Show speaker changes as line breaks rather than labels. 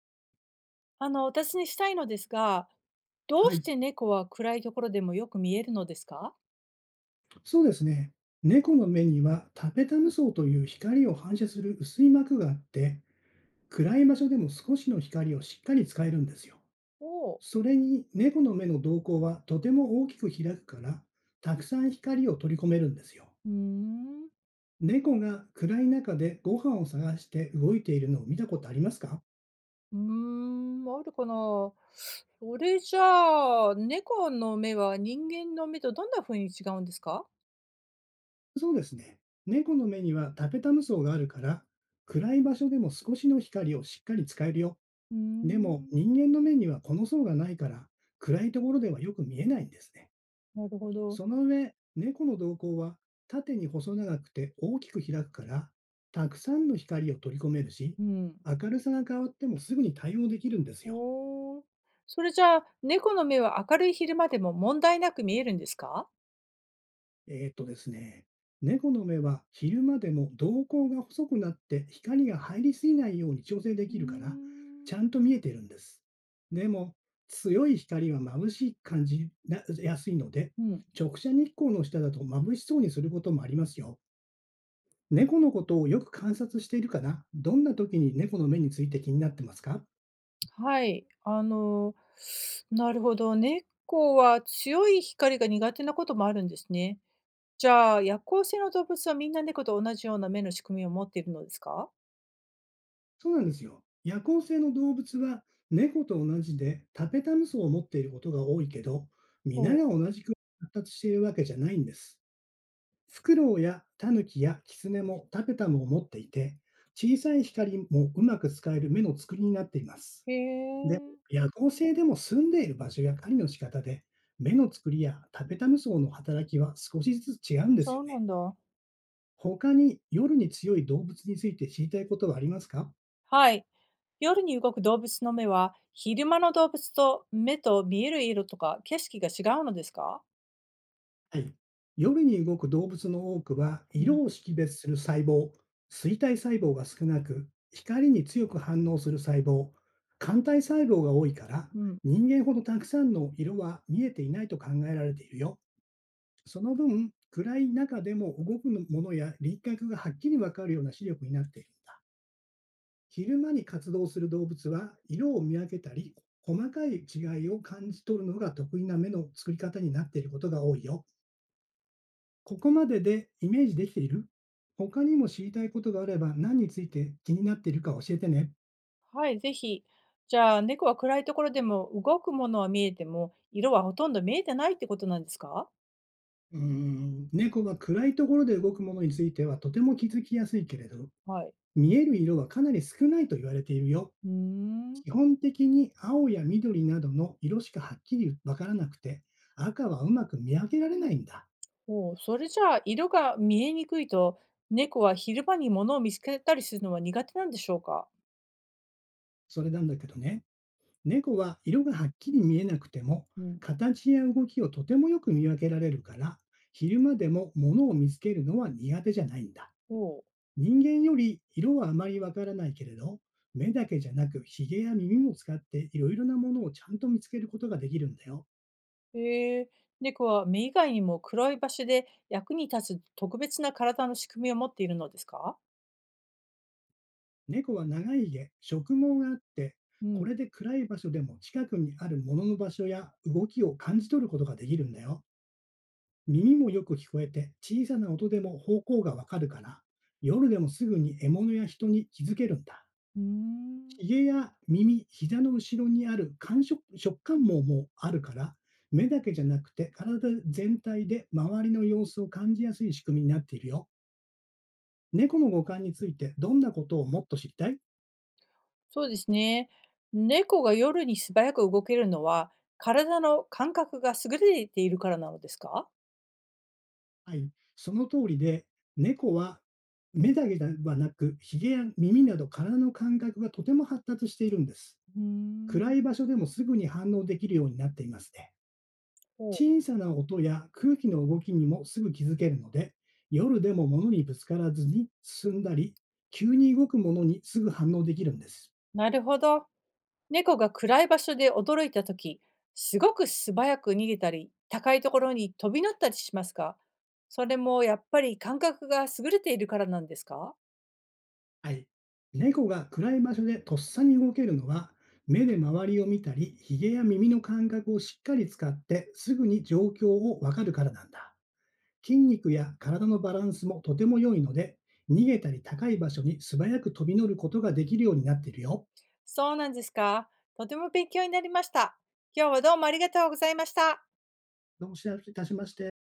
私にしたいのですが、どう
は
し
い、
て猫は暗いところでもよく見えるのですか？
そうですね。猫の目にはタペタム層という光を反射する薄い膜があって、暗い場所でも少しの光をしっかり使えるんですよ。
おう。
それに猫の目の瞳孔はとても大きく開くから、たくさん光を取り込めるんですよ。
うーん。
猫が暗い中でご飯を探して動いているのを見たことありますか？
うーん、あるかな。それじゃあ、猫の目は人間の目とどんな風に違うんですか？
そうですね。猫の目にはタペタム層があるから、暗い場所でも少しの光をしっかり使えるよ。
うー
でも
ん。
人間の目にはこの層がないから、暗いところではよく見えないんですね。
なるほど。
その上、猫の瞳孔は縦に細長くて大きく開くから、たくさんの光を取り込めるし、
うん。
明るさが変わってもすぐに対応できるんですよ。
おー。それじゃあ、猫の目は明るい昼間でも問題なく見えるんですか？
ですね、猫の目は昼間でも瞳孔が細くなって光が入りすぎないように調整で
うー
きるから、
ん。
ちゃんと見えてるんです。でも、強い光は眩しい感じなやすいので、
うん。
直射日光の下だと眩しそうにすることもありますよ。猫のことをよく観察しているかな。どんな時に猫の目について気になってますか？
はい、なるほど、猫は強い光が苦手なこともあるんですね。じゃあ、夜行性の動物はみんな猫と同じような目の仕組みを持っているのですか？
そうなんですよ。夜行性の動物は猫と同じでタペタム層を持っていることが多いけど、皆
ほう。
が同じく発達しているわけじゃないんです。フクロウやタヌキやキツネもタペタムを持っていて、小さい光もうまく使える目の作りになっています。
へ
でも、
え。
夜行性でも住んでいる場所や狩りの仕方で、目の作りやタペタム層の働きは少しずつ違うんです
そ
よ
うな
ね。
んだ。
他に夜に強い動物について知りたいことはありますか？
はい。夜に動く動物の目は、昼間の動物と目と見える色とか景色が違うのですか？
はい。夜に動く動物の多くは、
う
色を
ん。
識別する細胞、水体細胞が少なく、光に強く反応する細胞、肝体細胞が多いから、
うん。
人間ほどたくさんの色は見えていないと考えられているよ。その分、暗い中でも動くものや輪郭がはっきりわかるような視力になっているんだ。昼間に活動する動物は、色を見分けたり、細かい違いを感じ取るのが得意な目の作り方になっていることが多いよ。ここまででイメージできている？他にも知りたいことがあれば、何について気になっているか教えてね。
はい、ぜひ。じゃあ、猫は暗いところでも動くものは見えても、色はほとんど見えてないってことなんですか？
うーん、猫が暗いところで動くものについてはとても気づきやすいけれど、
はい。
見える色はかなり少ないと言われているよ。
うーん。
基本的に青や緑などの色しかはっきりわからなくて、赤はうまく見分けられないんだ。
おう、それじゃあ、色が見えにくいと、猫は昼間に物を見つけたりするのは苦手なんでしょうか？
それなんだけどね。猫は色がはっきり見えなくても、
うん。
形や動きをとてもよく見分けられるから、昼間でも物を見つけるのは苦手じゃないんだ。
お
人間より色はあまりわからないけれど、目だけじゃなく、ひげや耳も使っていろいろなものをちゃんと見つけることができるんだよ。
う。へえ。猫は目以外にも黒い場所で役に立つ特別な体の仕組みを持っているのですか？
猫は長い毛、植毛があって、
う
こ
ん。
れで暗い場所でも近くにあるものの場所や動きを感じ取ることができるんだよ。耳もよく聞こえて、小さな音でも方向がわかるから、夜でもすぐに獲物や人に気づけるんだ。
うーん。
ひげや耳、膝の後ろにある感触食感網もあるから、目だけじゃなくて体全体で周りの様子を感じやすい仕組みになっているよ。猫の五感についてどんなことをもっと知りたい？
そうですね。猫が夜に素早く動けるのは、体の感覚が優れているからなのですか？
はい、その通りで、猫は目だけではなく、ひげや耳など体の感覚がとても発達しているんです。
うーん。
暗い場所でもすぐに反応できるようになっていますね。
おお。
小さな音や空気の動きにもすぐ気づけるので、夜でも物にぶつからずに進んだり、急に動くものにすぐ反応できるんです。
なるほど。猫が暗い場所で驚いたとき、すごく素早く逃げたり、高いところに飛び乗ったりしますか？それもやっぱり感覚が優れているからなんですか？
はい。猫が暗い場所でとっさに動けるのは、目で周りを見たり、ひげや耳の感覚をしっかり使ってすぐに状況をわかるからなんだ。筋肉や体のバランスもとても良いので、逃げたり高い場所に素早く飛び乗ることができるようになっているよ。
そうなんですか。とても勉強になりました。今日はどうもありがとうございました。
どうも失礼いたしまして。